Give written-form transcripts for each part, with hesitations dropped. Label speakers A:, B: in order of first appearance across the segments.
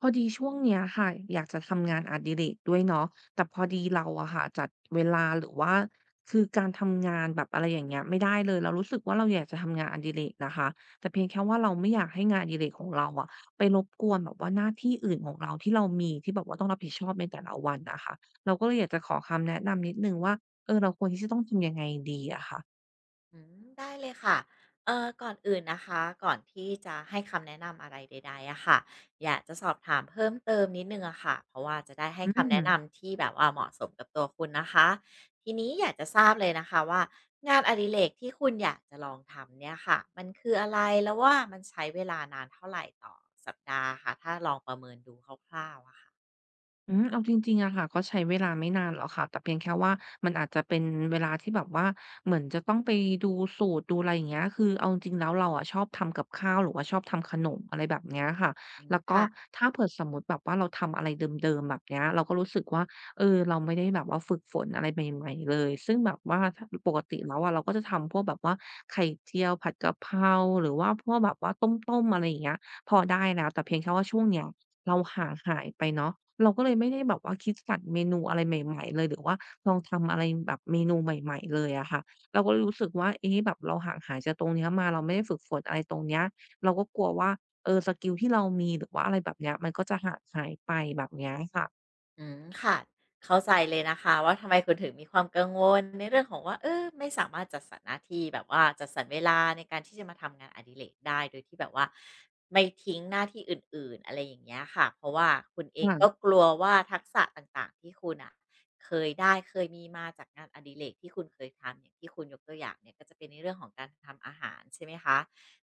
A: พอดีช่วงเนี้ยค่ะอยากจะทำงานอดิเรกด้วยเนาะแต่พอดีเราอะค่ะจัดเวลาหรือว่าคือการทำงานแบบอะไรอย่างเงี้ยไม่ได้เลยเรารู้สึกว่าเราอยากจะทำงานอดิเรกนะคะแต่เพียงแค่ว่าเราไม่อยากให้งานอดิเรกของเราอะไปรบกวนแบบว่าหน้าที่อื่นของเราที่เรามีที่แบบว่าต้องรับผิดชอบในแต่ละวันอะค่ะเราก็เลยอยากจะขอคำแนะนำนิดหนึ่งว่าเราควรที่จะต้องทำยังไงดีอะค่ะ
B: อืมได้เลยค่ะ ก่อนอื่นนะคะ ก่อนที่จะให้คำแนะนำอะไรใดๆอะค่ะอยากจะสอบถามเพิ่มเติมนิดนึ่งอะค่ะเพราะว่าจะได้ให้
A: อื
B: คำแนะ
A: ม
B: นำที่แบบว่าเหมาะสมกับตัวคุณนะคะ ทีนี้อยากจะทราบเลยนะคะว่างานอดิเรกที่คุณอยากจะลองทำเนี่ยค่ะ มันคืออะไรแล้วว่ามันใช้เวลานานเท่าไหรต่อสัปดาห์คะถ้าลองประเมินดูคร่าวๆอะค่ะ
A: อืมเอาจริงๆอะค่ะก็ใช้เวลาไม่นานหรอกค่ะแต่เพียงแค่ว่ามันอาจจะเป็นเวลาที่แบบว่าเหมือนจะต้องไปดูสูตรดูอะไรอย่างเงี้ยคือเอาจริงๆแล้วเราอะชอบทำกับข้าวหรือว่าชอบทำขนมอะไรแบบเนี้ยค่ะ
B: อืม
A: แล้วก็
B: ค่ะ
A: ถ้าเผื่อสมมุติแบบว่าเราทำอะไรเดิมๆแบบเนี้ยเราก็รู้สึกว่าเราไม่ได้แบบว่าฝึกฝนอะไรใหม่ๆเลยซึ่งแบบว่าถ้าปกติแล้วอะเราก็จะทำพวกแบบว่าไข่เจียวผัดกะเพราหรือว่าพวกแบบว่าต้มๆอะไรอย่างเงี้ยพอได้แล้วแต่เพียงแค่ว่าช่วงเนี้ย เราห่างหายไปเนาะเราก็เลยไม่ได้แบบว่าคิดสรรเมนูอะไรใหม่ๆเลยหรือว่าลองทำอะไรแบบเมนูใหม่ๆเลยอะค่ะเราก็รู้สึกว่าเอ๊ะแบบเราห่างหายจากตรงเนี้ยมาเราไม่ได้ฝึกฝนอะไรตรงเนี้ยเราก็กลัวว่าสกิลที่เรามีหรือว่าอะไรแบบเนี้ยมันก็จะห่างหายไปแบบเนี้ยค่ะ
B: อืมค่ะเข้าใจเลยนะคะว่าทำไมคุณถึงมีความกังวลในเรื่องของว่าเออไม่สามารถจัดสรรหน้าที่แบบว่าจัดสรรเวลาในการที่จะมาทำงานอดิเรกได้โดยที่แบบว่าไม่ทิ้งหน้าที่อื่นๆอะไรอย่างเงี้ยค่ะเพราะว่าคุณเองก็
A: ค่ะ
B: กลัวว่าทักษะต่างๆที่คุณอ่ะเคยได้เคยมีมาจากงานอดิเรกที่คุณเคยทำอย่างที่คุณยกตัวอย่างเนี่ยก็จะเป็นในเรื่องของการทำอาหารใช่ไหมคะ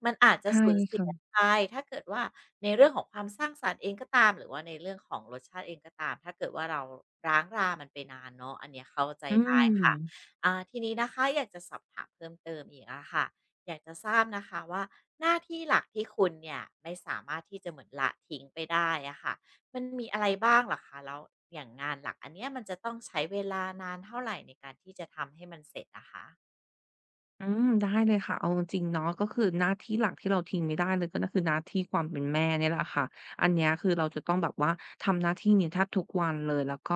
B: มันอาจจะ
A: ใช่
B: สูญเสีย
A: ค่ะ
B: ไปถ้าเกิดว่าในเรื่องของความสร้างสรรค์เองก็ตามหรือว่าในเรื่องของรสชาติเองก็ตามถ้าเกิดว่าเราร้างรามันไปนานเนาะอันเนี้ยเข้าใจ
A: อื
B: ได้ค่ะ
A: ม
B: อ่าทีนี้นะคะอยากจะสอบถามเพิ่มเติมอีกอะค่ะอยากจะทราบนะคะว่าหน้าที่หลักที่คุณเนี่ยไม่สามารถที่จะเหมือนละทิ้งไปได้อะค่ะมันมีอะไรบ้างเหรอคะแล้วอย่างงานหลักอันเนี้ยมันจะต้องใช้เวลานานเท่าไรในการที่จะทำให้มันเสร็จอะคะ
A: อืมได้เลยค่ะเอาจริงๆเนาะก็คือหน้าที่หลักที่เราทิ้งไม่ได้เลยก็คือหน้าที่ความเป็นแม่เนี่ยแหละค่ะอันเนี้ยคือเราจะต้องแบบว่าทำหน้าที่นี้แทบทุกวันเลยแล้วก็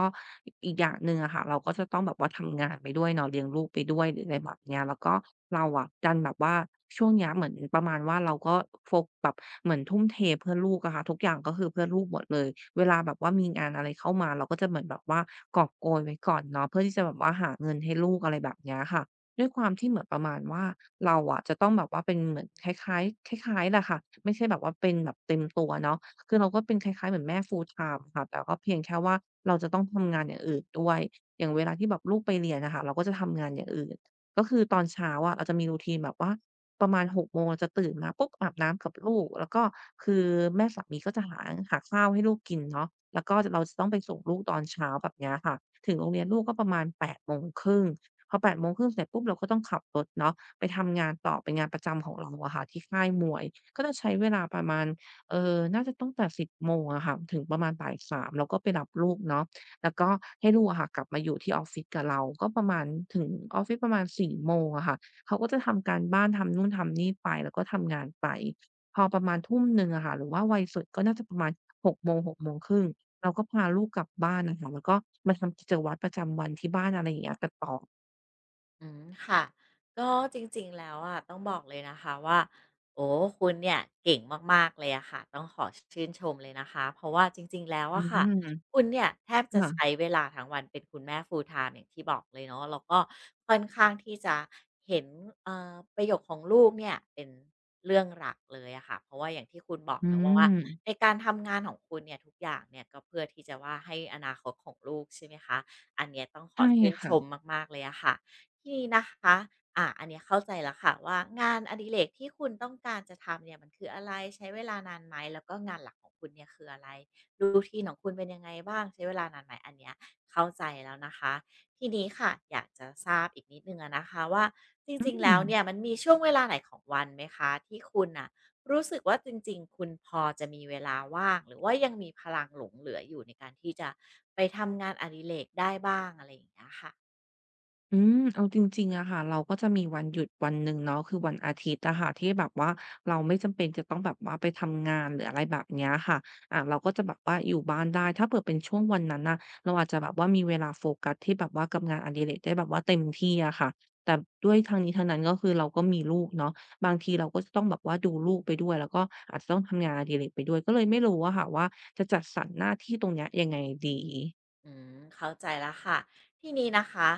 A: อีกอย่างหนึ่งอะค่ะเราก็จะต้องแบบว่าทำงานไปด้วยเนาะเลี้ยงลูกไปด้วยหรืออะไรแบบเนี้ยแล้วก็เราอะดันแบบว่าช่วงเนี้ยเหมือนประมาณว่าเราก็โฟกแบบเหมือนทุ่มเทเพื่อลูกอะค่ะทุกอย่างก็คือเพื่อลูกหมดเลยเวลาแบบว่ามีงานอะไรเข้ามาเราก็จะเหมือนแบบว่ากอบโกยไว้ก่อนเนาะเพื่อที่จะแบบว่าหาเงินให้ลูกอะไรแบบเนี้ยค่ะ ด้วยความที่เหมือนประมาณว่าเราอะจะต้องแบบว่าเป็นเหมือนคล้ายๆคล้ายๆแหละค่ะไม่ใช่แบบว่าเป็นแบบเต็มตัวเนาะคือเราก็เป็นคล้ายๆเหมือนแม่ full-time ค่ะแต่ก็เพียงแค่ว่าเราจะต้องทำงานอย่างอื่นด้วยอย่างเวลาที่แบบลูกไปเรียนน่ะค่ะเราก็จะทำงานอย่างอื่นก็คือตอนเช้าอะเราจะมี routine แบบว่าประมาณ6โมงเราจะตื่นมาปุ๊บอาบน้ำกับลูกแล้วก็คือแม่สามีก็จะหาข้าวให้ลูกกินเนาะแล้วก็จเราจะต้องไปส่งลูกตอนเช้าแบบเนี้ยค่ะถึงโรงเรียนลูกก็ประมาณแปดโมงครึ่ง พอ8:30เสร็จปุ๊บเราก็ต้องขับรถเนาะไปทำงานต่อเป็นงานประจำของเราอะค่ะที่ค่ายมวยก็จะใช้เวลาประมาณน่าจะตั้งแต่10มงอะค่ะถึงประมาณบ่ายสามเราก็ไปรับลูกเนาะแล้วก็ให้ลูกอะค่ะกลับมาอยู่ที่ออฟฟิศกับเราก็ประมาณถึงออฟฟิศประมาณสี่โมงอะค่ะเขาก็จะทำการบ้านทำนู่นทำนี่ไปแล้วก็ทำงานไปพอประมาณทุ่มหนึ่งอะค่ะหรือว่าไวสุดก็น่าจะประมาณหกโมงหกโมงครึ่งเราก็พาลูกกลับบ้านน่ะค่ะแล้วก็มาทำกิจวัตรประจำวันที่บ้านอะไรอย่างเงี้ยกันต่อ
B: อืมค่ะก็จริงๆแล้วอ่ะต้องบอกเลยนะคะว่าโอ้คุณเนี่ยเก่งมากๆเลยอะค่ะต้องขอชื่นชมเลยนะคะเพราะว่าจริงๆแล้ว
A: อื
B: อะค่ะ
A: ม
B: คุณเนี่ยแทบจะใช้
A: ค่ะ
B: เวลาทั้งวันเป็นคุณแม่ full time อย่างที่บอกเลยเนาะแล้วก็ค่อนข้างที่จะเห็นประโยคของลูกเนี่ยเป็นเรื่องหลักเลยอะค่ะเพราะว่าอย่างที่คุณบอก
A: อื
B: นะว่า
A: ม
B: ในการทำงานของคุณเนี่ยทุกอย่างเนี่ยก็เพื่อที่จะว่าให้อนาคตของลูกใช่ไหมคะอันเนี้ยต้องขอ
A: ใช่
B: ชื่นช
A: ค่ะ
B: มมากๆเลยอะค่ะ ทีนี้นะคะ อ่าอันเนี้ยเข้าใจแล้วค่ะว่างานอดิเรกที่คุณต้องการจะทำเนี่ยมันคืออะไรใช้เวลานานไหมแล้วก็งานหลักของคุณเนี่ยคืออะไรรูทีนของคุณเป็นยังไงบ้างใช้เวลานานไหมอันเนี้ยเข้าใจแล้วนะคะทีนี้ค่ะอยากจะทราบอีกนิดนึงอะนะคะว่าจ
A: อื
B: ริงๆแล้ว
A: ม
B: เนี่ยมันมีช่วงเวลาไหนของวันไหมคะที่คุณอ่ะรู้สึกว่าจริงๆคุณพอจะมีเวลาว่างหรือว่ายังมีพลังหลงเหลืออยู่ในการที่จะไปทำงานอดิเรกได้บ้างอะไรอย่างเงี้ยค่ะ
A: อืมเอาจริงๆอะค่ะเราก็จะมีวันหยุดวันหนึ่งเนาะคือวันอาทิตย์อะค่ะที่แบบว่าเราไม่จำเป็นจะต้องแบบว่าไปทำงานหรืออะไรแบบเนี้ยค่ะอ่าเราก็จะแบบว่าอยู่บ้านได้ถ้าเผื่อเป็นช่วงวันนั้นน่ะเราอาจจะแบบว่ามีเวลาโฟกัสที่แบบว่ากับงานอดิเรกได้แบบว่าเต็มที่อะค่ะแต่ด้วยทั้งนี้ทั้งนั้นก็คือเราก็มีลูกเนาะบางทีเราก็จะต้องแบบว่าดูลูกไปด้วยแล้วก็อาจจะต้องทำงานอดิเรกไปด้วยก็เลยไม่รู้อะค่ะว่าจะจัดสรรหน้าที่ตรงเนี้ยยังไงดี
B: อืมเข้าใจแล้วค่ะที่นี้นะคะ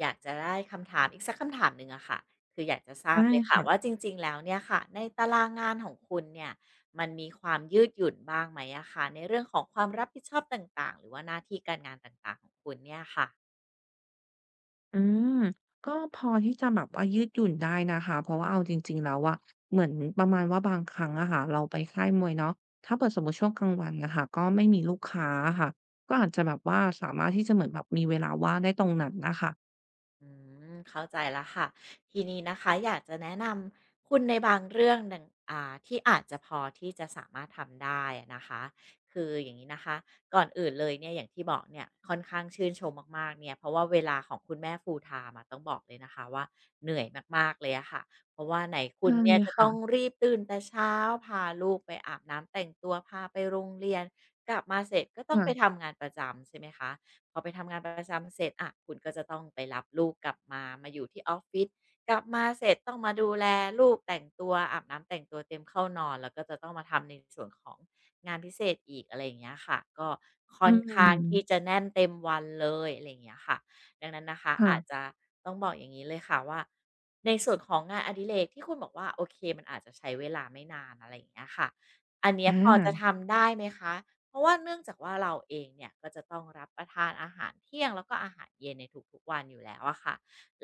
B: อยากจะได้คำถามอีกสักคำถามหนึ่งอะค่ะคืออยากจะทราบ
A: ได้
B: เลยค่ะ
A: ค่ะ
B: ว่าจริงๆ แล้วเนี่ยค่ะในตารางงานของคุณเนี่ยมันมีความยืดหยุ่นบ้างไหมอะคะในเรื่องของความรับผิดชอบต่างๆหรือว่าหน้าที่การงานต่างๆของคุณเนี่ยค่ะ
A: อืมก็พอที่จะแบบว่ายืดหยุ่นได้นะคะเพราะว่าเอาจริงๆแล้วอะเหมือนประมาณว่าบางครั้งอะค่ะเราไปค่ายมวยเนาะถ้าเปิดสมมติช่วงกลางวันนะคะก็ไม่มีลูกค้าอะค่ะก็อาจจะแบบว่าสามารถที่จะเหมือนแบบมีเวลาว่างได้ตรงนั้นน่ะค่ะ
B: อืมเข้าใจแล้วค่ะทีนี้นะคะอยากจะแนะนำคุณในบางเรื่องหนึ่งอ่าที่อาจจะพอที่จะสามารถทำได้อะนะคะคืออย่างนี้นะคะก่อนอื่นเลยเนี่ยอย่างที่บอกเนี่ยค่อนข้างชื่นชมมากๆเนี่ยเพราะว่าเวลาของคุณแม่ฟู l l t e อะต้องบอกเลยนะคะว่าเหนื่อยมากๆเลยอะค่ะเพราะว่าไหนคุณ
A: ใช่
B: เนี่ยจะต้
A: ค่ะ
B: องรีบตื่นแต่เช้าพาลูกไปอาบน้ำแต่งตัวพาไปโรงเรียนกลับมาเสร็จก็ต้องไป
A: ค่ะ
B: ทำงานประจำใช่ไหมคะ พอไปทำงานประจำเสร็จอะคุณก็จะต้องไปรับลูกกลับมามาอยู่ที่ออฟฟิศกลับมาเสร็จต้องมาดูแลลูกแต่งตัวอาบน้ำแต่งตัวเตรียมเข้านอนแล้วก็จะต้องมาทำในส่วนของงานพิเศษอีกอะไรอย่างเงี้ยค่ะก็ค่
A: อื
B: อนข้าง
A: ม
B: ที่จะแน่นเต็มวันเลยอะไรอย่างเงี้ยค่ะดังนั้นนะคะ
A: ค่ะ
B: อาจจะต้องบอกอย่างนี้เลยค่ะว่าในส่วนของงานอดิเรกที่คุณบอกว่าโอเคมันอาจจะใช้เวลาไม่นานอะไรอย่างเงี้ยค่ะอันเนี้
A: อ
B: ยพอจะ
A: า
B: ทำได้ไหมคะ เพราะว่าเนื่องจากว่าเราเองเนี่ยก็จะต้องรับประทานอาหารเที่ยงแล้วก็อาหารเย็นในทุกๆวันอยู่แล้วอะค่ะ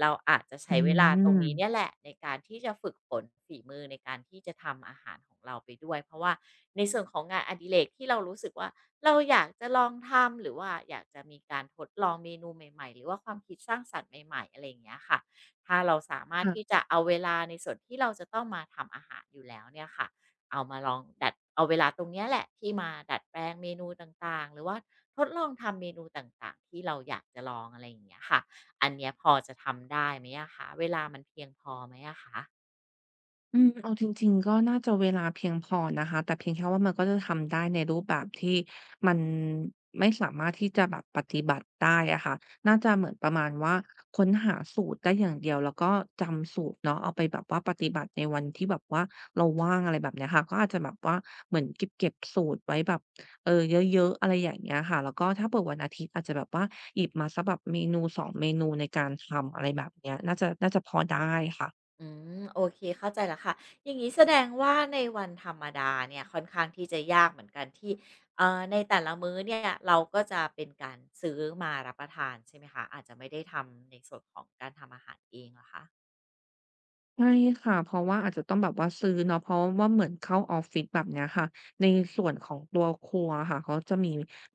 B: เราอาจจะ
A: อื
B: ใช้เวลาตรง
A: ม
B: นี้เนี่ยแหละในการที่จะฝึกฝนฝีมือในการที่จะทำอาหารของเราไปด้วยเพราะว่าในส่วนของงานอดิเรกที่เรารู้สึกว่าเราอยากจะลองทำหรือว่าอยากจะมีการทดลองเมนูใหม่ๆหรือว่าความคิดสร้างสรรค์ใหม่ๆอะไรอย่างเงี้ยค่ะถ้าเราสามารถที่
A: ค่ะ
B: จะเอาเวลาในส่วนที่เราจะต้องมาทำอาหารอยู่แล้วเนี่ยค่ะ เอามาลองดัดเอาเวลาตรงเนี้ยแหละที่มาดัดแปลงเมนูต่างๆหรือว่าทดลองทำเมนูต่างๆที่เราอยากจะลองอะไรอย่างเงี้ยค่ะอันเนี้ยพอจะทำได้ไหมอะคะเวลามันเพียงพอไหมอะคะ
A: เอาจริงๆก็น่าจะเวลาเพียงพอนะคะแต่เพียงแค่ว่ามันก็จะทำได้ในรูปแบบที่มันไม่สามารถที่จะแบบปฏิบัติได้อะค่ะน่าจะเหมือนประมาณว่าค้นหาสูตรได้อย่างเดียวแล้วก็จำสูตรเนาะเอาไปแบบว่าปฏิบัติในวันที่แบบว่าเราว่างอะไรแบบเนี้ยค่ะก็อาจจะแบบว่าเหมือนเก็บเก็บสูตรไว้แบบเออเยอะๆอะไรอย่างเงี้ยค่ะแล้วก็ถ้าเผื่อวันอาทิตย์อาจจะแบบว่าหยิบมาสักแบบเมนูสองเมนูในการทำอะไรแบบเนี้ยน่าจะพอได้ค่ะ
B: อืมโอเคเข้าใจแล้วค่ะอย่างนี้แสดงว่าในวันธรรมดาเนี่ยค่อนข้างที่จะยากเหมือนกันที่ในแต่ละมื้อเนี่ยเราก็จะเป็นการซื้อมารับประทานใช่ไหมคะอาจจะไม่ได้ทำในส่วนของการทำอาหารเองเหรอคะ
A: ใช่ค่ะเพราะว่าอาจจะต้องแบบว่าซื้อเนาะเพราะว่าเหมือนเข้าออฟฟิศแบบเนี้ยค่ะในส่วนของตัวครัวค่ะเขาจะมี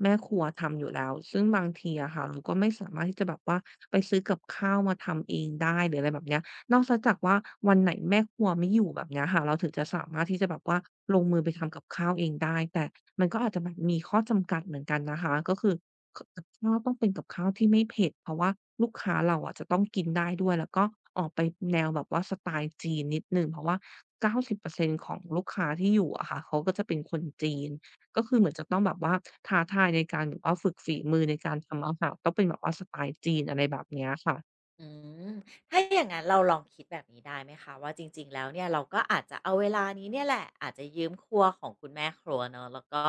A: แม่ครัวทำอยู่แล้วซึ่งบางทีอะค่ะเราก็ไม่สามารถที่จะแบบว่าไปซื้อกับข้าวมาทำเองได้หรืออะไรแบบเนี้ยนอกจากว่าวันไหนแม่ครัวไม่อยู่แบบเนี้ยค่ะเราถึงจะสามารถที่จะแบบว่าลงมือไปทำกับข้าวเองได้แต่มันก็อาจจะแบบมีข้อจำกัดเหมือนกันนะคะก็คือ ขกับข้าวต้องเป็นกับข้าวที่ไม่เผ็ดเพราะว่าลูกค้าเราอะจะต้องกินได้ด้วยแล้วก็ออกไปแนวแบบว่าสไตล์จีนนิดหนึ่งเพราะว่า90%ของลูกค้าที่อยู่อะค่ะเขาก็จะเป็นคนจีนก็คือเหมือนจะต้องแบบว่าท้าทายในการแบบว่าฝึกฝีมือในการทำอาหารต้องเป็นแบบว่าสไตล์จีนอะไรแบบเนี้ยค่ะ
B: อืมถ้าอย่างนั้นเราลองคิดแบบนี้ได้ไหมคะว่าจริงๆแล้วเนี่ยเราก็อาจจะเอาเวลานี้เนี่ยแหละอาจจะยืมครัวของคุณแม่ครัวเนาะแล้วก็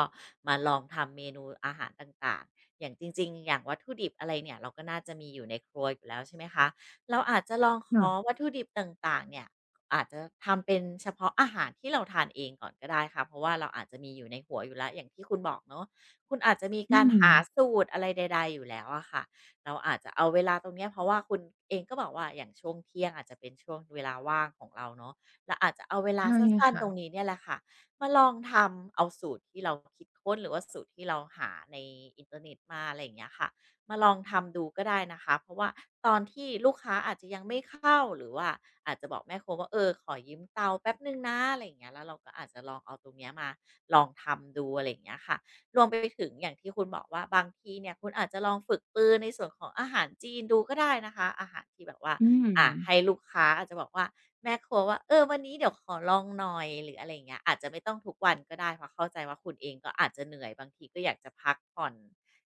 B: มาลองทำเมนูอาหารต่างๆอย่างจริงๆอย่างวัตถุดิบอะไรเนี่ยเราก็น่าจะมีอยู่ในครัวอยู่แล้วใช่ไหมคะเราอาจจะลองขอ
A: ค่ะ
B: วัตถุดิบต่างๆเนี่ยอาจจะทำเป็นเฉพาะอาหารที่เราทานเองก่อนก็ได้ค่ะเพราะว่าเราอาจจะมีอยู่ในหัวอยู่แล้วอย่างที่คุณบอกเนาะคุณอาจจะมี
A: อื
B: การ
A: ม
B: หาสูตรอะไรใดๆอยู่แล้วอะค่ะ เราอาจจะเอาเวลาตรงเนี้ยเพราะว่าคุณเองก็บอกว่าอย่างช่วงเที่ยงอาจจะเป็นช่วงเวลาว่างของเราเนาะเราอาจจะเอาเวลา
A: ใช่
B: สั้นๆต
A: ค่ะ
B: รงนี้เนี่ยแหละค่ะมาลองทำเอาสูตรที่เราคิดค้นหรือว่าสูตรที่เราหาในอินเทอร์เน็ตมาอะไรอย่างเงี้ยค่ะมาลองทำดูก็ได้นะคะเพราะว่าตอนที่ลูกค้าอาจจะยังไม่เข้าหรือว่าอาจจะบอกแม่ครัวว่าเออขอยืมเตาแป๊บหนึ่งนะอะไรอย่างเงี้ยแล้วเราก็อาจจะลองเอาตรงเนี้ยมาลองทำดูอะไรอย่างเงี้ยค่ะ รวมไปถึงอย่างที่คุณบอกว่าบางทีเนี่ยคุณอาจจะลองฝึกปรือในส่วนของอาหารจีนดูก็ได้นะคะอาหารที่แบบว่า
A: อืม
B: ให้ลูกค้าอาจจะบอกว่าแม่ครัวว่าเออวันนี้เดี๋ยวขอลองหน่อยหรืออะไรอย่างเงี้ยอาจจะไม่ต้องทุกวันก็ได้เพราะเข้าใจว่าคุณเองก็อาจจะเหนื่อยบางทีก็อยากจะพักผ่อน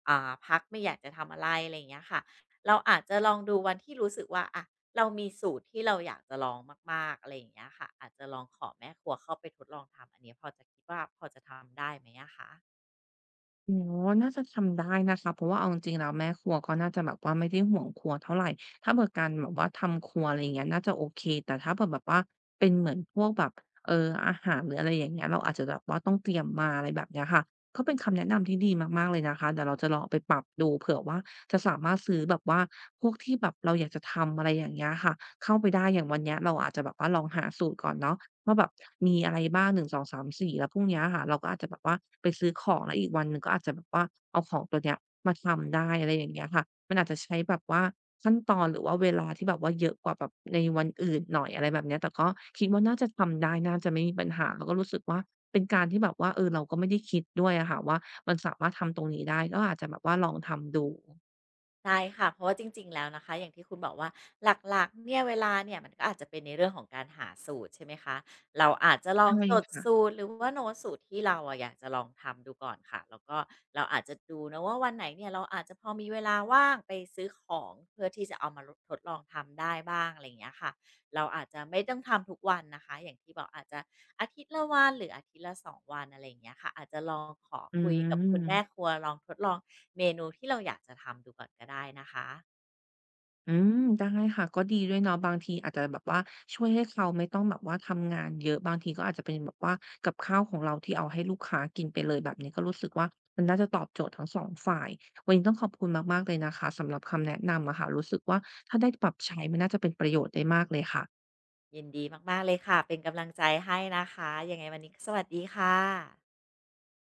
B: พักไม่อยากจะทำอะไรอะไรอย่างเงี้ยค่ะเราอาจจะลองดูวันที่รู้สึกว่าอะเรามีสูตรที่เราอยากจะลองมากๆอะไรอย่างเงี้ยค่ะอาจจะลองขอแม่ครัวเข้าไปทดลองทำอันนี้พอจะคิดว่าพอจะทำได้ไหมอะคะ
A: อ๋อน่าจะทำได้นะคะเพราะว่าเอาจริงๆแล้วแม่ครัวก็น่าจะแบบว่าไม่ได้ห่วงครัวเท่าไรถ้าเผื่อการแบบว่าทำครัวอะไรอย่างเงี้ยน่าจะโอเคแต่ถ้าเผื่อแบบว่าเป็นเหมือนพวกแบบเอ่ออาหารหรืออะไรอย่างเงี้ยเราอาจจะแบบว่าต้องเตรียมมาอะไรแบบเนี้ยค่ะก็เป็นคำแนะนำที่ดีมากๆเลยนะคะเดี๋ยวเราจะลองเอาไปปรับดูเผื่อว่าจะสามารถซื้อแบบว่าพวกที่แบบเราอยากจะทำอะไรอย่างเงี้ยค่ะเข้าไปได้อย่างวันเนี้ยเราอาจจะแบบว่าลองหาสูตรก่อนเนาะ ว่าแบบมีอะไรบ้าง1 2 3 4แล้วพรุ่งเนี้ยค่ะเราก็อาจจะแบบว่าไปซื้อของแล้วอีกวันหนึ่งก็อาจจะแบบว่าเอาของตัวเนี้ยมาทำได้อะไรอย่างเงี้ยค่ะมันอาจจะใช้แบบว่าขั้นตอนหรือว่าเวลาที่แบบว่าเยอะกว่าแบบในวันอื่นหน่อยอะไรแบบเนี้ยแต่ก็คิดว่าน่าจะทำได้น่าจะไม่มีปัญหาแล้วก็รู้สึกว่าเป็นการที่แบบว่าเออเราก็ไม่ได้คิดด้วยอะค่ะว่ามันสามารถทำตรงนี้ได้ก็อาจจะแบบว่าลองทำดู
B: ได้ค่ะเพราะว่าจริงๆแล้วนะคะอย่างที่คุณบอกว่าหลักๆเนี่ยเวลาเนี่ยมันก็อาจจะเป็นในเรื่องของการหาสูตรใช่ไหมคะเราอาจจะลอง
A: ใช่
B: จด
A: ค่ะ
B: สูตรหรือว่าโน้ตสูตรที่เราอะอยากจะลองทำดูก่อนค่ะแล้วก็เราอาจจะดูนะว่าวันไหนเนี่ยเราอาจจะพอมีเวลาว่างไปซื้อของเพื่อที่จะเอามาทดลองทำได้บ้างอะไรอย่างเงี้ยค่ะเราอาจจะไม่ต้องทำทุกวันนะคะอย่างที่บอกอาจจะ อาทิตย์ละวันหรืออาทิตย์ละ2 วันอะไรอย่างเงี้ยค่ะอาจจะลองขอ
A: อื
B: คุยกับคุณแม่ค
A: ม
B: รัวลองทดลองเมนูที่เราอยากจะทำดูก่อนก็ได้นะคะ
A: ได้ค่ะก็ดีด้วยเนาะบางทีอาจจะแบบว่าช่วยให้เขาไม่ต้องแบบว่าทำงานเยอะบางทีก็อาจจะเป็นแบบว่ากับข้าวของเราที่เอาให้ลูกค้ากินไปเลยแบบนี้ก็รู้สึกว่ามันน่าจะตอบโจทย์ทั้งสองฝ่ายวันนี้ต้องขอบคุณมากๆเลยนะคะสำหรับคำแนะนำอะค่ะรู้สึกว่าถ้าได้ปรับใช้มันน่าจะเป็นประโยชน์ได้มากเลยค่ะ
B: ยินดีมากๆเลยค่ะเป็นกำลังใจให้นะคะยังไงวันนี้สวัสดีค่ะ